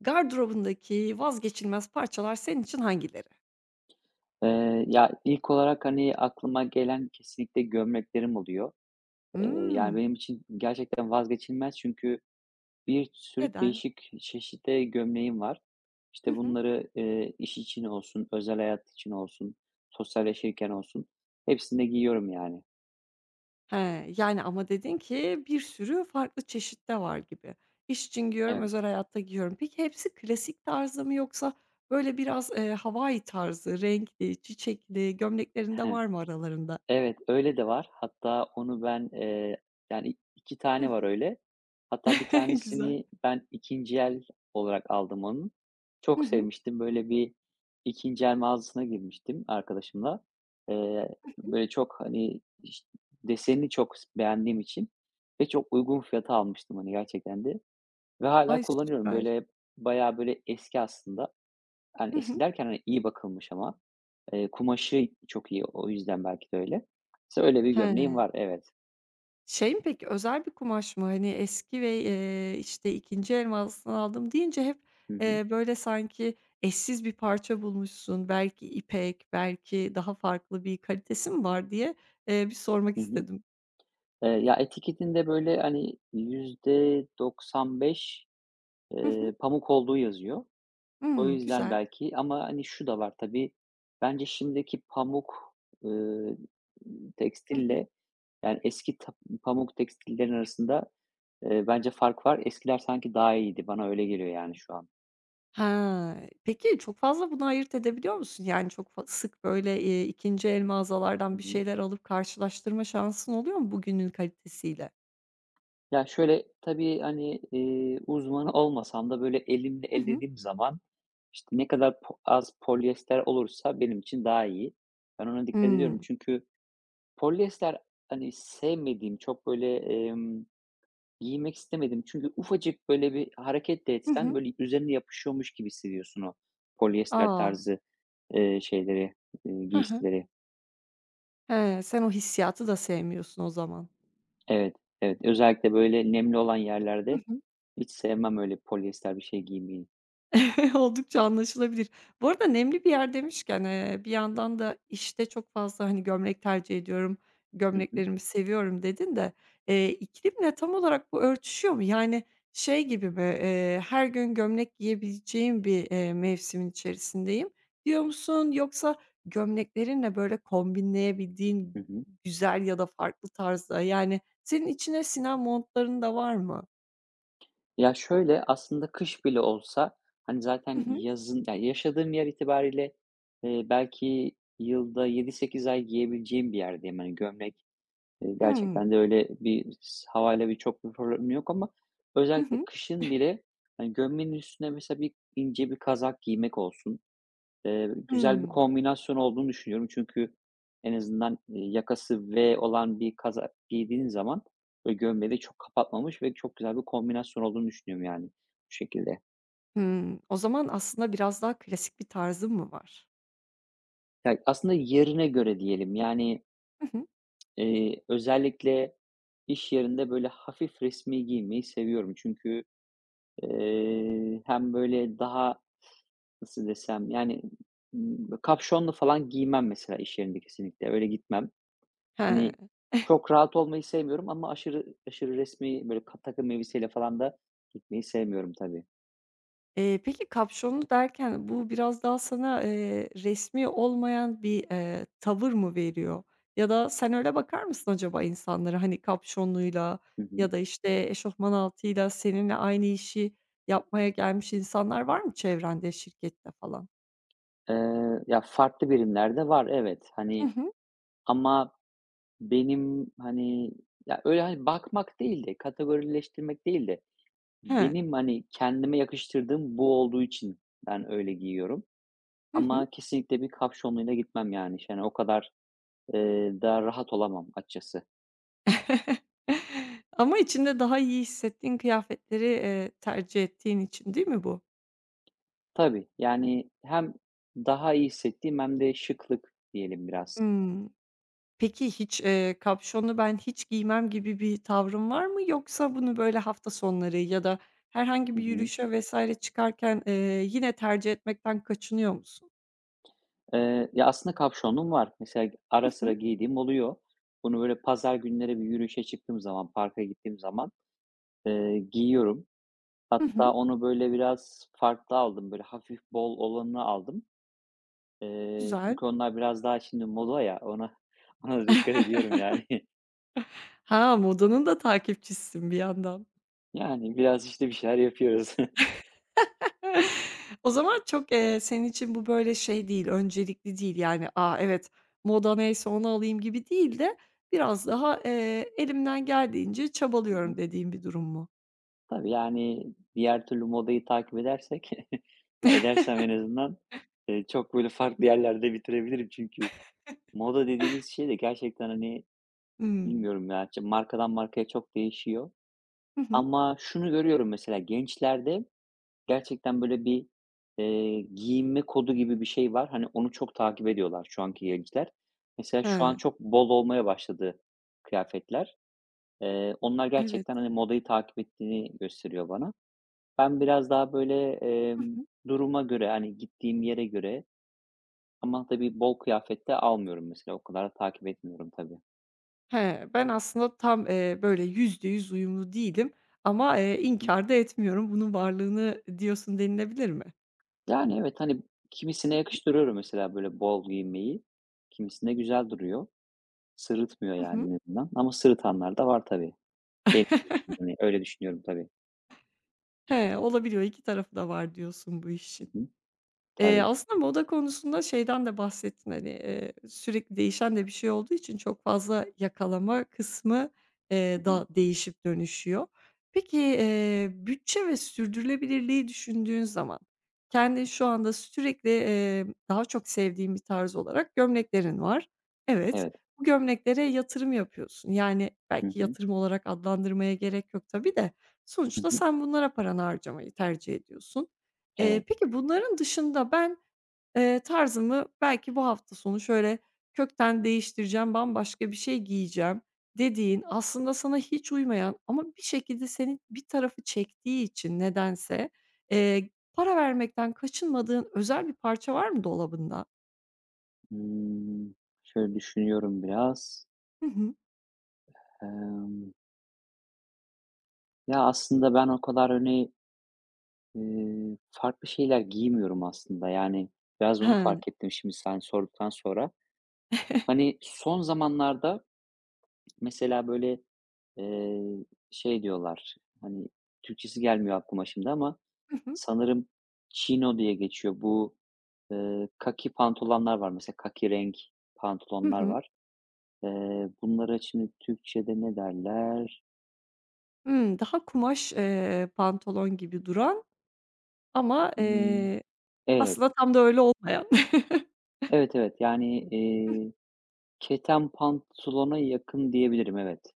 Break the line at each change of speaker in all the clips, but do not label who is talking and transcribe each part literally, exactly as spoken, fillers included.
Gardırobundaki vazgeçilmez parçalar senin için hangileri?
Eee, ya, ilk olarak, hani, aklıma gelen kesinlikle gömleklerim oluyor. Eee, yani,
Hımm.
benim için gerçekten vazgeçilmez çünkü bir sürü
Neden?
değişik çeşitte gömleğim var.
Hı
İşte,
hı.
bunları, eee, iş için olsun, özel hayat için olsun, sosyalleşirken olsun hepsinde giyiyorum yani.
He, yani, ama dedin ki bir sürü farklı çeşit de var gibi. İş için giyiyorum,
Evet.
özel hayatta giyiyorum. Peki hepsi klasik tarzda mı yoksa böyle biraz, eee, Hawaii tarzı, renkli, çiçekli gömleklerin de var mı aralarında?
Evet, öyle de var. Hatta onu ben, eee, yani, iki
Hı
tane var
hı.
öyle. Hatta bir
Güzel.
tanesini ben ikinci el olarak aldım onun.
Hı
Çok
hı.
sevmiştim. Böyle bir ikinci el mağazasına girmiştim arkadaşımla. Eee, böyle çok, hani, iş desenini çok beğendiğim için ve çok uygun fiyata almıştım, hani, gerçekten de ve hala
Ay,
kullanıyorum.
süper.
Böyle, bayağı, böyle, eski aslında. Yani,
Hı
eski
hı.
derken, hani, iyi bakılmış ama. Eee, kumaşı çok iyi, o yüzden belki de öyle. Mesela öyle bir gömleğim
He.
var, evet.
Şey mi peki, özel bir kumaş mı? Hani, eski ve, eee, işte, ikinci el mağazasından aldım deyince hep,
Hı hı,
eee, böyle, sanki eşsiz bir parça bulmuşsun, belki ipek, belki daha farklı bir kalitesi mi var diye, eee, bir sormak
hı hı.
istedim.
Eee, ya, etiketinde, böyle, hani, yüzde doksan beş,
Hı hı.
eee, pamuk olduğu yazıyor. O
Hımm,
yüzden
güzel.
belki ama, hani, şu da var tabii, bence şimdiki pamuk, ııı,
Hı hı.
tekstille, yani, eski tap pamuk tekstillerin arasında, eee, bence fark var. Eskiler sanki daha iyiydi. Bana öyle geliyor, yani, şu an.
Ha, peki çok fazla bunu ayırt edebiliyor musun? Yani çok fa sık, böyle, eee, ikinci el mağazalardan bir şeyler alıp karşılaştırma şansın oluyor mu bugünün kalitesiyle?
Ya, şöyle, tabii, hani, eee, uzmanı olmasam da, böyle, elimle
Hı hı.
ellediğim zaman, işte, ne kadar po az polyester olursa benim için daha iyi. Ben ona dikkat ediyorum.
Hımm.
Çünkü polyester, hani, sevmediğim, çok, böyle, emm, giymek istemediğim çünkü ufacık, böyle, bir hareket de
Hı
etsen,
hı.
böyle, üzerine yapışıyormuş gibi hissediyorsun o polyester
A!
tarzı, eee, şeyleri, eee,
Hı hı.
giysileri.
He, sen o hissiyatı da sevmiyorsun o zaman.
Evet, evet. Özellikle, böyle, nemli olan
Hı
yerlerde
hı.
hiç sevmem öyle polyester bir şey giymeyi.
Oldukça anlaşılabilir. Bu arada nemli bir yer demişken, eee, bir yandan da işte çok fazla, hani, gömlek tercih ediyorum,
Hı hı.
gömleklerimi seviyorum dedin de, eee, iklimle tam olarak bu örtüşüyor mu? Yani, şey gibi mi, eee, her gün gömlek giyebileceğim bir, eee, mevsimin içerisindeyim diyor musun? Yoksa gömleklerinle böyle kombinleyebildiğin
Hı hı.
güzel ya da farklı tarzda, yani, senin içine sinen montların da var mı?
Ya, şöyle, aslında kış bile olsa, hani, zaten yazın ya, yaşadığım yer itibariyle, eee, belki yılda yedi sekiz ay giyebileceğim bir yerdeyim. Hani, gömlek, eee,
Hımm.
gerçekten de öyle bir s havayla bir çok bir problemim yok ama
Hı
özellikle
hı.
kışın bile, hani, gömleğin üstüne mesela bir ince bir kazak giymek olsun, Eee, güzel bir
Hımm.
kombinasyon olduğunu düşünüyorum. Çünkü en azından, eee, yakası V olan bir kazak giydiğin zaman böyle gömleği de çok kapatmamış ve çok güzel bir kombinasyon olduğunu düşünüyorum yani bu şekilde.
Hımm. O zaman aslında biraz daha klasik bir tarzın mı var?
Ya, aslında yerine göre diyelim. Yani,
Hı hı.
eee, özellikle iş yerinde böyle hafif resmî giyinmeyi seviyorum. Çünkü, eee, hem böyle daha nasıl desem, yani, ımm, kapşonlu falan giymem mesela iş yerinde kesinlikle. Öyle gitmem. Hani,
He.
çok rahat olmayı sevmiyorum ama aşırı aşırı resmî, böyle, ka takım elbiseyle falan da gitmeyi sevmiyorum tabii.
Eee, peki kapşonlu derken bu biraz daha sana, eee, resmî olmayan bir, eee, tavır mı veriyor? Ya da sen öyle bakar mısın acaba insanlara? Hani kapşonluyla
Hı hı.
ya da, işte, eşofman altıyla seninle aynı işi yapmaya gelmiş insanlar var mı çevrende, şirkette falan?
Eee, ya, farklı birimlerde var, evet.
Hı
Hani,
hı.
ama benim, hani, ya, öyle, hani, bakmak değil de kategorileştirmek değil de
He.
benim, hani, kendime yakıştırdığım bu olduğu için ben öyle giyiyorum
Hı hı.
ama kesinlikle bir kapşonluyla gitmem yani. Yani, o kadar, eee, da rahat olamam açıkçası.
Ama içinde daha iyi hissettiğin kıyafetleri, eee, tercih ettiğin için değil mi bu?
Tabii, yani hem daha iyi hissettiğim hem de şıklık diyelim biraz.
Hımm. Peki hiç, eee, kapşonlu ben hiç giymem gibi bir tavrın var mı? Yoksa bunu böyle hafta sonları ya da herhangi
Hı
bir
hı.
yürüyüşe vesaire çıkarken, eee, yine tercih etmekten kaçınıyor musun?
Eee, ya, aslında kapşonum var. Mesela
Hı
ara sıra
hı.
giydiğim oluyor. Bunu böyle pazar günleri bir yürüyüşe çıktığım zaman, parka gittiğim zaman, eee, giyiyorum.
Hı hı.
Hatta onu böyle biraz farklı aldım. Böyle hafif bol olanını aldım. Eee,
Güzel.
çünkü onlar biraz daha şimdi moda ya, ona ona dikkat ediyorum yani.
Ha, modanın da takipçisisin bir yandan.
Yani biraz, işte, bir şeyler yapıyoruz. Hı
O zaman çok, eee, senin için bu böyle şey değil, öncelikli değil yani, "A, evet, moda neyse onu alayım." gibi değil de biraz daha, eee, elimden geldiğince çabalıyorum
hı.
dediğim bir durum mu?
Tabii, yani, diğer türlü modayı takip edersek edersem en azından, eee, çok, böyle, farklı yerlerde bitirebilirim. Çünkü moda dediğimiz şey de gerçekten, hani,
Hımm.
bilmiyorum ya, işte markadan markaya çok değişiyor.
Hı hı.
Ama şunu görüyorum mesela gençlerde gerçekten, böyle, bir, eee, giyinme kodu gibi bir şey var. Hani, onu çok takip ediyorlar şu anki gençler. Mesela şu an
He,
çok bol olmaya başladı kıyafetler. Eee, onlar
evet.
gerçekten, hani, modayı takip ettiğini gösteriyor bana. Ben biraz daha böyle,
Hı
emm,
hı.
duruma göre, hani, gittiğim yere göre ama tabii bol kıyafette almıyorum mesela. O kadar takip etmiyorum tabii. Hı
He, ben aslında tam, eee, böyle yüzde yüz uyumlu değilim ama, eee,
hı.
inkâr da etmiyorum bunun varlığını diyorsun denilebilir mi?
Yani, evet, hani, kimisine yakıştırıyorum mesela böyle bol giymeyi. Kimisinde güzel duruyor. Sırıtmıyor
Hı
yani
hı.
en azından ama sırıtanlar da var tabii. Benim hani, öyle düşünüyorum tabii.
He, olabiliyor. İki tarafı da var diyorsun bu
Hı
işin.
hı.
Eee,
Tabii.
aslında moda konusunda şeyden de bahsettin, hani, eee, sürekli değişen de bir şey olduğu için çok fazla yakalama kısmı,
Hı
eee,
hı.
da değişip dönüşüyor. Peki, eee, bütçe ve sürdürülebilirliği düşündüğün zaman kendin şu anda sürekli, eee, daha çok sevdiğin bir tarz olarak gömleklerin var. Evet,
Evet.
bu gömleklere yatırım yapıyorsun. Yani,
Hı
belki
hı.
yatırım olarak adlandırmaya gerek yok tabii de
Hı
sonuçta
hı.
sen bunlara paranı harcamayı tercih ediyorsun. Eee,
Evet.
peki bunların dışında ben, eee, tarzımı belki bu hafta sonu şöyle kökten değiştireceğim, bambaşka bir şey giyeceğim dediğin, aslında sana hiç uymayan ama bir şekilde senin bir tarafı çektiği için nedense, eee, para vermekten kaçınmadığın özel bir parça var mı dolabında?
Imm, Şöyle düşünüyorum biraz.
Hı hı.
Emm, Ya, aslında ben o kadar, öne Eee, farklı şeyler giymiyorum aslında. Yani, biraz onu
He.
fark ettim şimdi sen sorduktan sonra. Hani, son zamanlarda mesela, böyle, eee, şey diyorlar, hani, Türkçesi gelmiyor aklıma şimdi ama
Hı hı.
sanırım chino diye geçiyor. Bu, eee, kaki pantolonlar var mesela, kaki renk
Hı
pantolonlar
hı.
var. Eee, bunlara şimdi Türkçede ne derler?
Hımm, daha kumaş, eee, pantolon gibi duran ama,
Imm,
eee,
evet,
aslında tam da öyle olmayan.
evet, evet. Yani, eee, keten pantolona yakın diyebilirim, evet.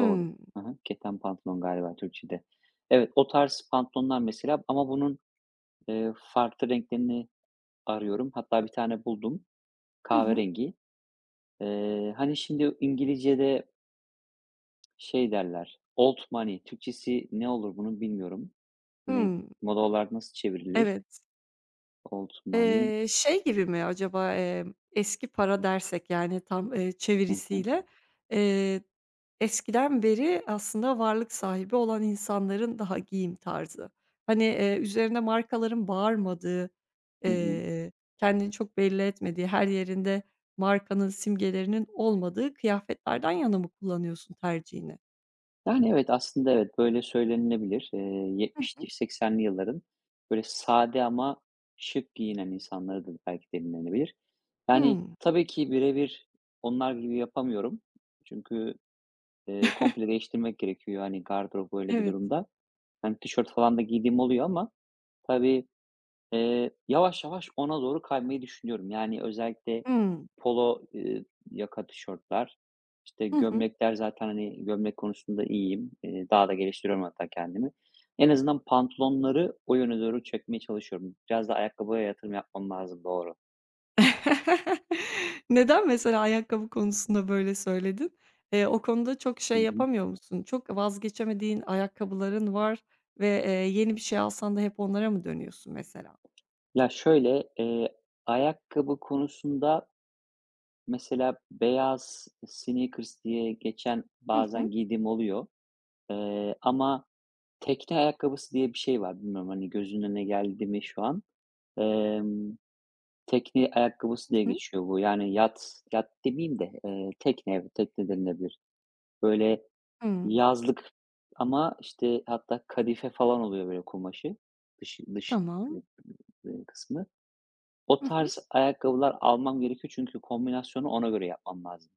Doğru. Hı hı. Keten pantolon galiba Türkçe'de. Evet, o tarz pantolonlar mesela ama bunun, eee, farklı renklerini arıyorum. Hatta bir tane buldum
Hı hı.
kahverengi. Eee, hani, şimdi İngilizce'de şey derler, old money, Türkçesi ne olur bunu bilmiyorum. Hani,
Hımm.
moda olarak nasıl çevrilir?
Evet.
Old money.
Eee, şey gibi mi acaba, emm, eski para dersek, yani, tam, eee,
Hı hı.
çevirisiyle, eee, eskiden beri aslında varlık sahibi olan insanların daha giyim tarzı. Hani, eee, üzerine markaların bağırmadığı,
Hı hı.
eee, kendini çok belli etmediği, her yerinde markanın simgelerinin olmadığı kıyafetlerden yana mı kullanıyorsun tercihini?
Yani, evet, aslında evet, böyle söylenilebilir. Eee,
Hı hı.
yetmişli seksenli yılların böyle sade ama şık giyinen insanları da belki denilebilir. Yani,
Hımm.
tabii ki birebir onlar gibi yapamıyorum. Çünkü, eee, komple değiştirmek gerekiyor, hani, gardırobu öyle bir
Evet.
durumda. Hani, tişört falan da giydiğim oluyor ama tabii. Eee, yavaş yavaş ona doğru kaymayı düşünüyorum. Yani, özellikle
Hımm.
polo, eee, yaka tişörtler, işte,
Hı hı.
gömlekler zaten, hani, gömlek konusunda iyiyim. Eee, daha da geliştiriyorum hatta kendimi. En azından pantolonları o yöne doğru çekmeye çalışıyorum. Biraz da ayakkabıya yatırım yapmam lazım, doğru.
Neden mesela ayakkabı konusunda böyle söyledin? Eee, o konuda çok
Hı
şey
hı.
yapamıyor musun? Çok vazgeçemediğin ayakkabıların var ve, eee, yeni bir şey alsan da hep onlara mı dönüyorsun mesela?
Ya, şöyle, eee, ayakkabı konusunda mesela beyaz sneakers diye geçen
Hı hı.
bazen giydiğim oluyor, eee, ama tekne ayakkabısı diye bir şey var. Bilmiyorum, hani, gözünün önüne geldi mi şu an? Emm, Tekne ayakkabısı diye
Hı hı.
geçiyor bu. Yani yat yat demeyeyim de, eee, tekne, evet, tekne denilebilir. Böyle
Hımm.
yazlık ama, işte, hatta kadife falan oluyor böyle kumaşı. Dış dış
Tamam.
e, e, kısmı. O
Hı hı.
tarz ayakkabılar almam gerekiyor çünkü kombinasyonu ona göre yapmam lazım.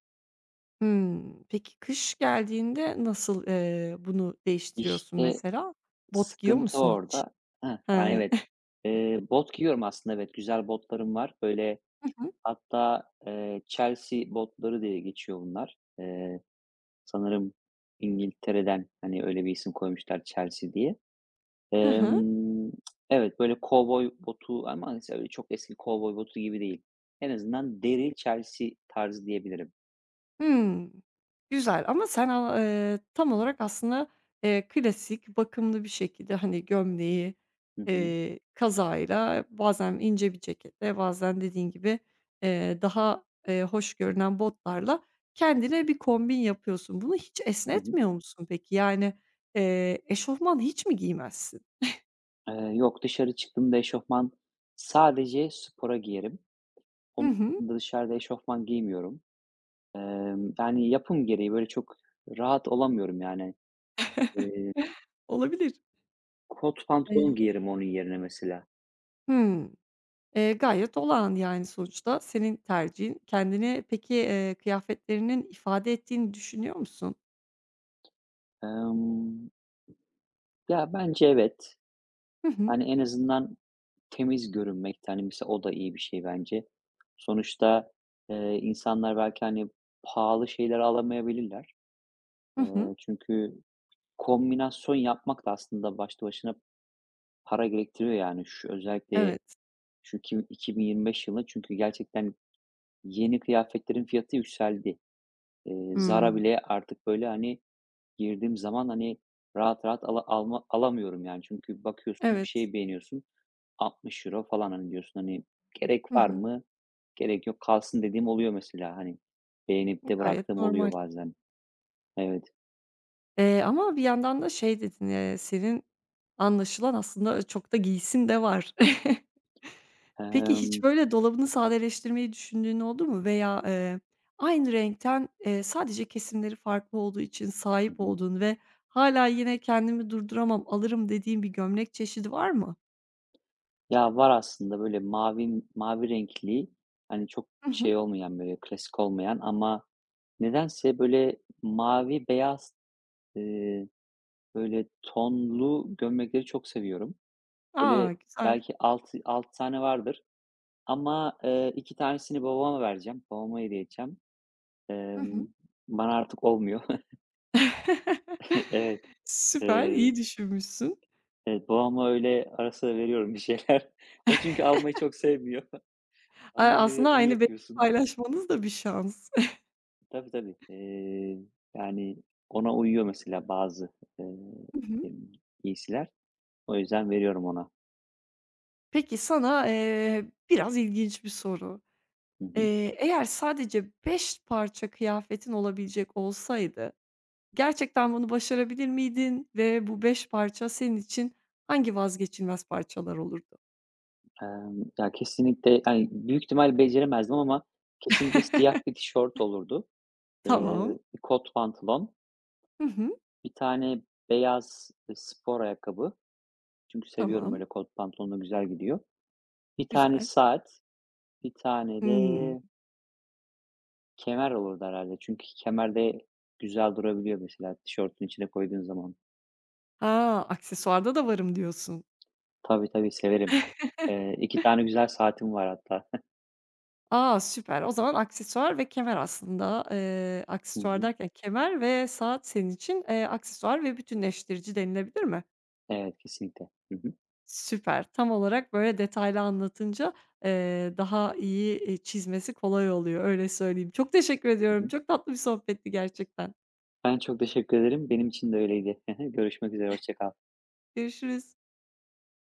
Hımm. Peki kış geldiğinde nasıl, eee, bunu değiştiriyorsun
İşte,
mesela? Bot giyiyor
sıkıntı
musun hiç?
orada. Heh,
He.
yani, evet.
Hı
Eee, bot giyiyorum aslında, evet. Güzel botlarım var. Böyle,
hı.
hatta, eee, Chelsea botları diye geçiyor bunlar. Eee, sanırım İngiltere'den, hani, öyle bir isim koymuşlar Chelsea diye.
Hı hı.
Emm, evet, böyle kovboy botu ama, hani, öyle çok eski kovboy botu gibi değil. En azından deri Chelsea tarzı diyebilirim.
Hımm. Güzel ama sen a eee, tam olarak aslında, eee, klasik, bakımlı bir şekilde, hani, gömleği,
Hı hı.
eee, kazağıyla, bazen ince bir ceketle, bazen dediğin gibi, eee, daha, eee, hoş görünen botlarla kendine bir kombin yapıyorsun. Bunu hiç
Hı hı.
esnetmiyor musun peki? Yani, eee, eşofman hiç mi giymezsin?
Eee, yok, dışarı çıktığımda eşofman sadece spora giyerim.
Hı
Onun
hı.
dışında dışarıda eşofman giymiyorum. Emm, yani, yapım gereği böyle çok rahat olamıyorum yani. Eee
Olabilir.
Kot pantolon
Eee
giyerim onun yerine mesela.
Hımm. Eee, gayet olağan, yani, sonuçta senin tercihin. Kendini peki, eee, kıyafetlerinin ifade ettiğini düşünüyor musun?
Emm, Ya, bence evet.
Hı hı.
Hani, en azından temiz görünmekte, hani, mesela o da iyi bir şey bence. Sonuçta, eee, insanlar belki, hani, pahalı şeyler alamayabilirler.
Hı hı.
Eee, çünkü kombinasyon yapmak da aslında başlı başına para gerektiriyor, yani. Şu özellikle
Evet.
şu iki 2025 yılı çünkü gerçekten yeni kıyafetlerin fiyatı yükseldi. Eee, Zara
Hımm.
bile artık, böyle, hani, girdiğim zaman, hani, rahat rahat ala alma alamıyorum yani. Çünkü bakıyorsun, bir
Evet.
şey beğeniyorsun, altmış euro falan, hani, diyorsun, hani,
Hı
gerek var
hı.
mı? Gerek yok, kalsın dediğim oluyor mesela, hani, beğenip de
Gayet
bıraktığım
normal.
oluyor bazen. Evet.
Eee, ama bir yandan da şey dedin, eee, senin anlaşılan aslında çok da giysin de var. Peki hiç
Emm
böyle dolabını sadeleştirmeyi düşündüğün oldu mu? Veya, eee, aynı renkten, eee, sadece kesimleri farklı olduğu için
Hı
sahip
hı.
olduğun ve hala yine kendimi durduramam, alırım dediğin bir gömlek çeşidi var mı?
Ya, var aslında böyle mavi mavi renkli, hani, çok
Hı hı.
şey olmayan, böyle klasik olmayan ama nedense böyle mavi beyaz, eee, böyle tonlu gömlekleri çok seviyorum. Böyle
A! Güzel.
belki altı altı tane vardır ama, eee, iki tanesini babama vereceğim. Babama hediye edeceğim.
Hı
Emm,
hı.
Bana artık olmuyor. Evet,
Süper,
eee,
iyi düşünmüşsün.
evet, babama öyle ara sıra veriyorum bir şeyler. O çünkü almayı çok sevmiyor.
A,
Annem
aslında
dedi, iyi
aynı bedeni
yapıyorsun."
paylaşmanız da bir şans.
Tabii, tabii. Eee, yani ona uyuyor mesela bazı, eee,
Hı hı.
emm, giysiler. O yüzden veriyorum ona.
Peki sana, eee, biraz ilginç bir soru.
Hı hı.
Eee, eğer sadece beş parça kıyafetin olabilecek olsaydı, gerçekten bunu başarabilir miydin ve bu beş parça senin için hangi vazgeçilmez parçalar olurdu?
Emm, ya kesinlikle, yani büyük ihtimal beceremezdim ama kesinlikle siyah bir tişört olurdu.
Tamam.
Eee, bir kot pantolon,
Hı hı.
bir tane beyaz, eee, spor ayakkabı. Çünkü seviyorum
Tamam.
öyle kot pantolonla güzel gidiyor. Bir tane
Güzel.
saat, bir tane de
Hımm.
kemer olurdu herhâlde. Çünkü kemer de güzel durabiliyor mesela tişörtün içine koyduğun zaman.
Ha, aksesuarda da varım diyorsun.
Tabii, tabii severim. Eee, iki tane güzel saatim var hatta.
A, süper. O zaman aksesuar ve kemer aslında. Eee,
Hı
aksesuar
hı.
derken kemer ve saat senin için, eee, aksesuar ve bütünleştirici denilebilir mi?
Evet, kesinlikle. Hı hı.
Süper. Tam olarak böyle detaylı anlatınca, eee, daha iyi, eee, çizmesi kolay oluyor, öyle söyleyeyim. Çok teşekkür
Hı
ediyorum.
hı.
Çok tatlı bir sohbetti gerçekten.
Ben çok teşekkür ederim. Benim için de öyleydi. Görüşmek üzere, hoşça kal.
Görüşürüz.